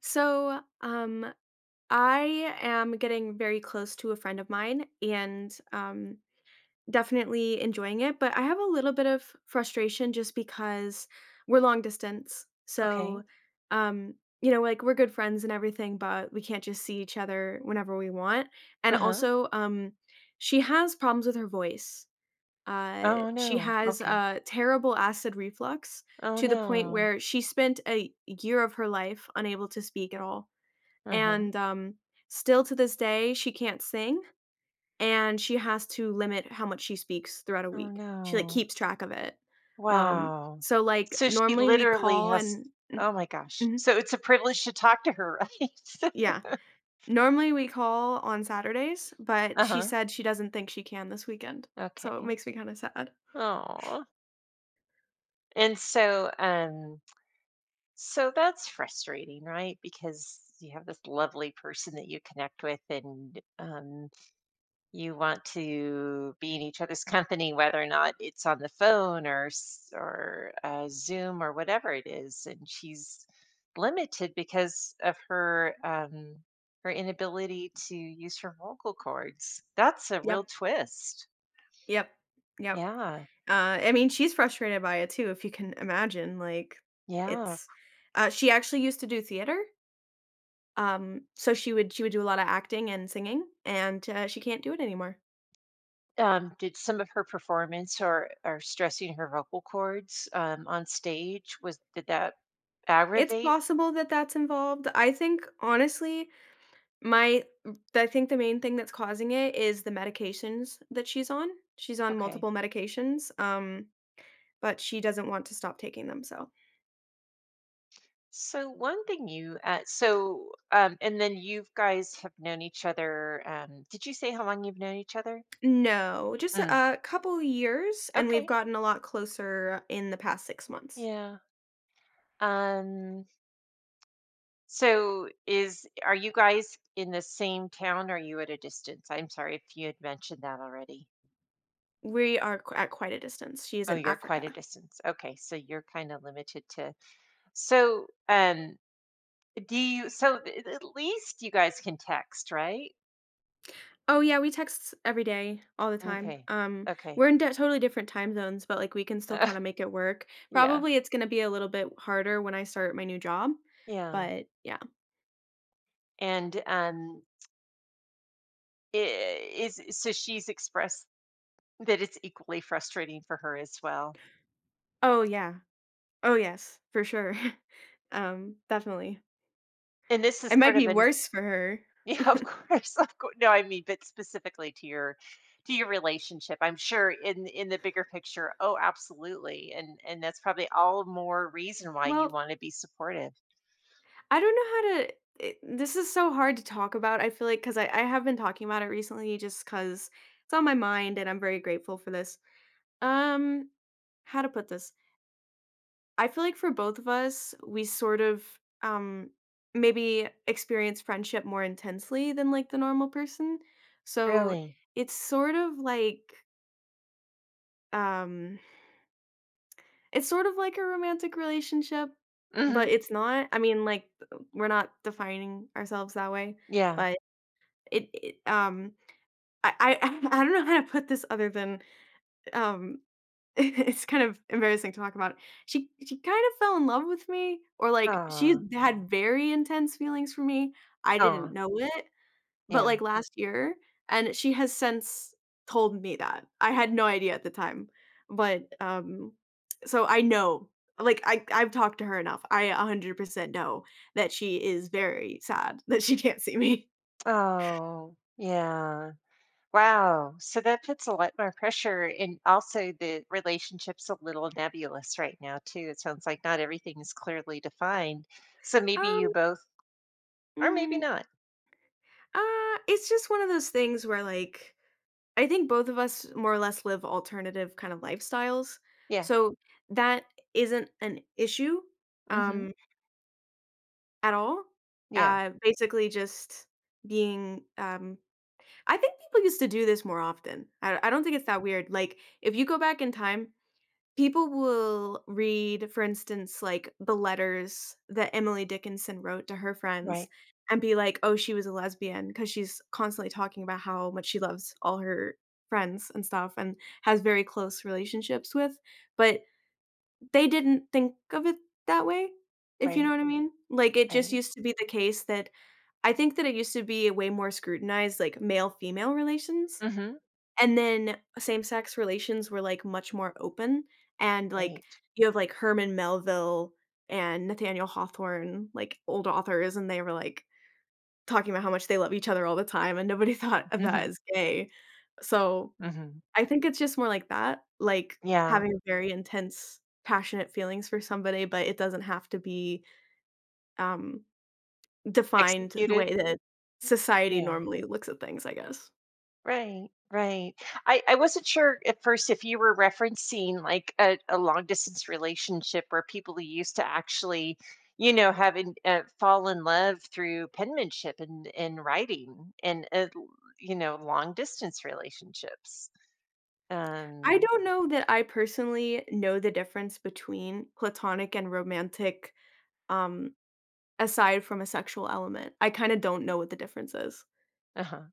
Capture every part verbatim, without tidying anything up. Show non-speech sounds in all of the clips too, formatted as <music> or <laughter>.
So, um, I am getting very close to a friend of mine and um, definitely enjoying it, but I have a little bit of frustration just because we're long distance. Okay. So, um, you know, like, we're good friends and everything, but we can't just see each other whenever we want. And Uh-huh. also, um, she has problems with her voice. Uh, Oh She no. has Okay. uh, terrible acid reflux Oh to the point no. where she spent a year of her life unable to speak at all Uh-huh. and, um, still to this day, she can't sing, and she has to limit how much she speaks throughout a Oh week. She, like, no. keeps track of it. Um, Wow. so, like, So she normally we literally call has and mm, Oh my gosh. mhm, So it's a privilege to talk to her, <laughs> right? yeah. Normally we call on Saturdays, but she Uh-huh. said she doesn't think she can this weekend, so it Okay. makes me kinda sad. Oh. And so um So that's frustrating, right? Because you have this lovely person that you connect with, and um you want to be in each other's <laughs> company, whether or not it's on the phone or s- or uh, Zoom or whatever it is. And she's limited because of her um, her inability to use her vocal cords. That's a real Yep. twist. Yep. Yep. Yeah, Uh, I mean, she's frustrated by it too, if you can imagine, like, yeah. it's uh, She actually used to do theater. Um, so she would she would do a lot of acting and singing, and, uh, she can't do it anymore. Um, did some of her performance or or stressing her vocal cords um, on stage was did that It's aggravate? possible that that's involved. I think, honestly, my I think the main thing that's causing it is the medications that she's on. She's on Okay. multiple medications, um, but she doesn't want to stop taking them, so. So one thing you uh, so um And then you guys have known each other, um did you say how long you've known each other? No, just Mm. a a couple years, and we've Okay. gotten a lot closer in the past six months. Yeah. Um so is Are you guys in the same town, or are you at a distance? I'm sorry if you had mentioned that already. We are q at quite a distance. She is Oh, in you're quite Africa. a distance. Okay, so you're kind of limited to, so um do you so th- at least you guys can text, right? Oh, yeah, we text every day, all the time. Okay. Um, Okay. We're <laughs> in di totally different time zones, but, like, we can still Uh, kinda make it work. yeah. Probably it's gonna be a little bit harder when I start my new job, Yeah. but yeah. And um I is so She's expressed that it's equally frustrating for her as well. Oh, yeah. Oh, yes, for sure. <laughs> Um, definitely. And this is It might sort of be an. <laughs> worse for her. Yeah, of course, of course, no, I mean, but specifically to your to your relationship, I'm sure, in in the bigger picture, oh, absolutely, and and that's probably all more reason why you Well, wanna be supportive. I don't know how to eh, This is so hard to talk about, I feel like, because I I have been talking about it recently just cause it's on my mind, and I'm very grateful for this. Um, how to put this? I feel like for both of us, we sort of um maybe experience friendship more intensely than like the normal person. So Really? it's sort of like um it's sort of like a romantic relationship, but Mhm. it's not. I mean, like, we're not defining ourselves that way, Yeah. but it, it um I, I <laughs> I don't know how to put this other than um <laughs> it's kind of embarrassing to talk about. She she kind of fell in love with me, or, like, she Oh. had very intense feelings for me. I didn't Oh. know it, but, Yeah. like, last year, and she has since told me that. I had no idea at the time, but, um, so I know. Like, I I've talked to her enough. I one hundred percent know that she is very sad <laughs> that she can't see me. Oh, yeah. Wow. So that puts a lot more pressure, and also the relationship's a little nebulous right now too. It sounds like not everything is clearly defined. So maybe you Um, both. Or maybe mm, not. uh, it's just one of those things where, like, I think both of us more or less live alternative kind of lifestyles, Yeah. so that isn't an issue, Mhm. um, at all. Yeah. Uh, basically just being, um I think people used to do this more often. I I don't think it's that weird, like, if you go back in time. People will read, for instance, like, the letters that Emily Dickinson wrote to her friends Right. and be like, "Oh, she was a lesbian," because she's constantly talking about how much she loves all her friends and stuff and has very close relationships with, but they didn't think of it that way, if you Right. know what I mean? Like, it just Right. used to be the case that I think that it used to be way more scrutinized, like, male-female relations, Mhm. and then same-sex relations were, like, much more open, and, like, Right. you have, like, Herman Melville and Nathaniel Hawthorne, like, old authors, and they were, like, talking about how much they love each other all the time, and nobody <laughs> thought of that Mhm. as gay. So, Mhm. I think it's just more like that, like, Yeah. having very intense, passionate feelings for somebody, but it doesn't have to be, um, defined the Executed. way that society Yeah. normally looks at things, I guess. Right, right. I I wasn't sure at first if you were referencing, like, a, a long distance relationship where people used to actually, you know, having uh, fall in love through penmanship and and writing and uh, l- you know long distance relationships. I Um, don't know that I personally know the difference between platonic and romantic, um, aside from a sexual element. I kinda don't know what the difference is, uh-huh.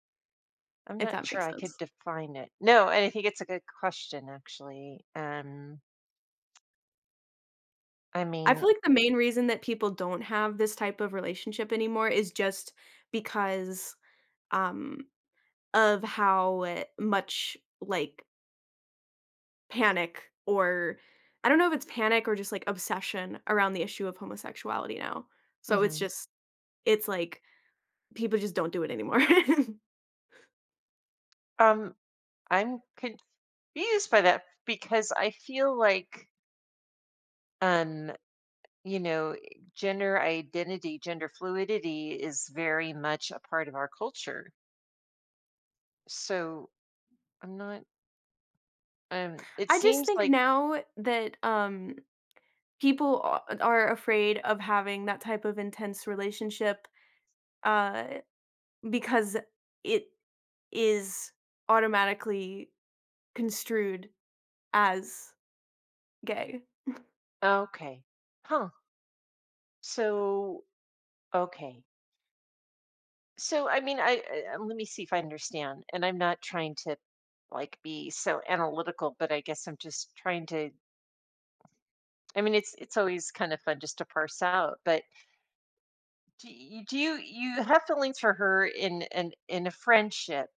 I'm if not that sure makes I could sense. define it. No, and I think it's a good question, actually. Um, I I mean. feel like the main reason that people don't have this type of relationship anymore is just because, um, of how uh, much, like, panic, or I don't know if it's panic or just, like, obsession around the issue of homosexuality now. So it's Mhm. just it's like people just don't do it anymore. <laughs> um, I'm confused by that because I feel like um you know gender identity, gender fluidity is very much a part of our culture, so I'm not. Um it I just seems think like. now that, um, people a are afraid of having that type of intense relationship, uh, because it is automatically construed as gay. Okay, huh. So, okay, so I mean, i I- um, let me see if I understand, and I'm not trying to, like, be so analytical, but I guess I'm just trying to, I mean, it's it's always kind of fun just to parse out. But do you do you, you have feelings for her in in in a friendship?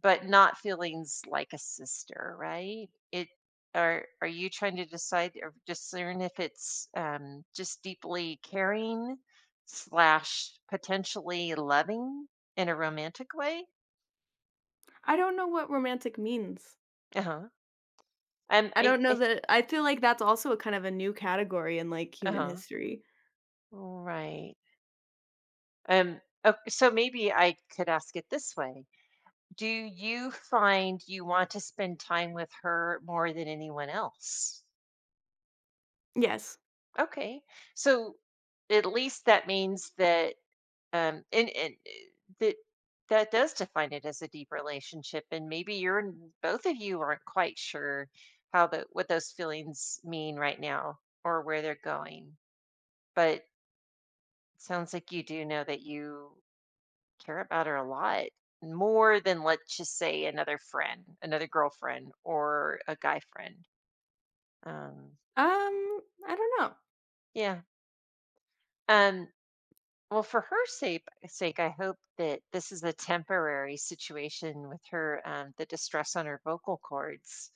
But not feelings like a sister, right? It are are you trying to decide or discern if it's um, just deeply caring slash potentially loving in a romantic way? I don't know what romantic means. Uh huh. Um, I I, don't know I that I feel like that's also a kind of a new category in, like, Uh human huh. history. Right. Um. Okay, so maybe I could ask it this way: do you find you want to spend time with her more than anyone else? Yes. Okay. So at least that means that. Um, and and uh, that that does define it as a deep relationship, and maybe you're n- both of you aren't quite sure how the what those feelings mean right now or where they're going. But sounds like you do know that you care about her a lot, more than, let's just say, another friend, another girlfriend, or a guy friend. Um, Um, I don't know. yeah. Um, well, for her sake, sake, I hope that this is a temporary situation with her, um, the distress on her vocal cords.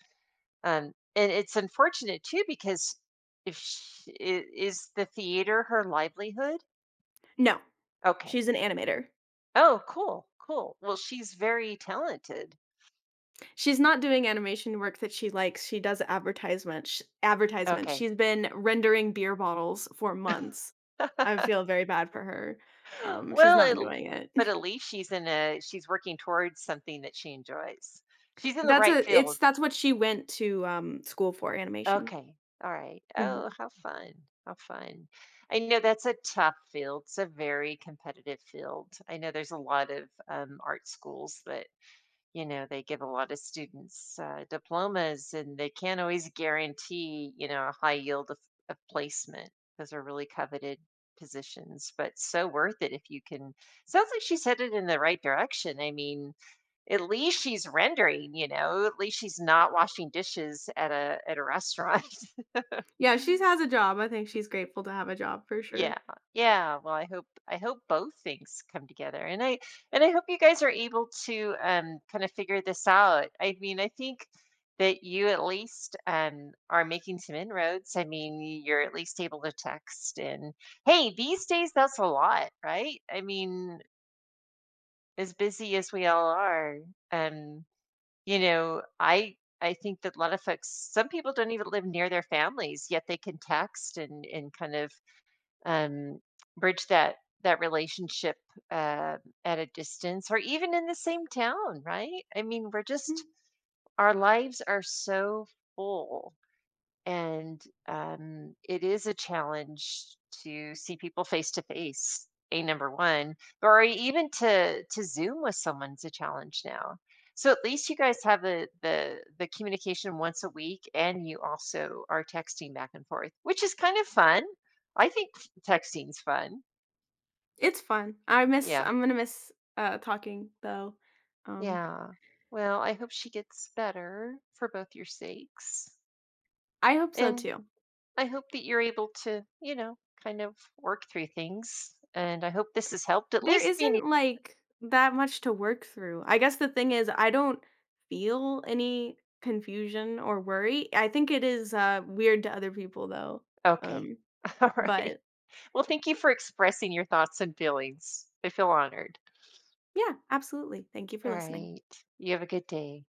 Um, and it's unfortunate too because if she, i- is the theater her livelihood? No. Okay. She's an animator. Oh, cool, cool. Well, she's very talented. She's not doing animation work that she likes, she does advertisement sh advertisements, Okay. she's been rendering beer bottles for months. <laughs> I feel very bad for her, um, she's Well, not it, enjoying it. but at least she's in a she's working towards something that she enjoys. She's <laughs> in the That's right a field. it's That's what she went to, um, school for, animation. Okay. All right. Mhm. Oh, how fun. How fun. I know that's a tough field. It's a very competitive field. I know there's a lot of um, art schools that, you know, they give a lot of students uh, diplomas, and they can't always guarantee, you know, a high yield of, of placement. Those are really coveted positions, but so worth it if you can. Sounds like she's headed in the right direction. I mean, at least she's rendering, you know, at least she's not washing dishes at a at a restaurant. <laughs> Yeah, she has a job, I think she's grateful to have a job for sure. Yeah, yeah. Well, I hope I hope both things come together, and I and I hope you guys are able to um kind of figure this out. I mean, I think that you at least um are making some inroads. I mean, you're at least able to text, and hey, these days that's a lot, right? I mean, as busy as we all are, um, you know, I. I think that a lot of folks, some people don't even live near their families, yet they can text and and kind of um, bridge that that relationship, uh, at a distance or even in the same town, right? I mean, we're Mm, just, our lives are so full, and um, it is a challenge to see people face to face, a number one, or even to to Zoom with, someone's a challenge now. So at least you guys have the the the communication once a week, and you also are texting back and forth, which is kind of fun. I think f- texting's fun. it's fun. I miss Yeah, I'm gonna miss, uh, talking though. Um, yeah. Well, I hope she gets better for both your sakes. I hope so And too. I hope that you're able to, you know, kind of work through things. And I hope this has helped at There least be any. isn't, like, that much to work through. I guess the thing is I don't feel any confusion or worry. I think it is, uh, weird to other people, though. Okay. Um, <laughs> All right. but, Well, thank you for expressing your thoughts and feelings. I feel honored. yeah, absolutely. Thank you for All listening. right. You have a good day.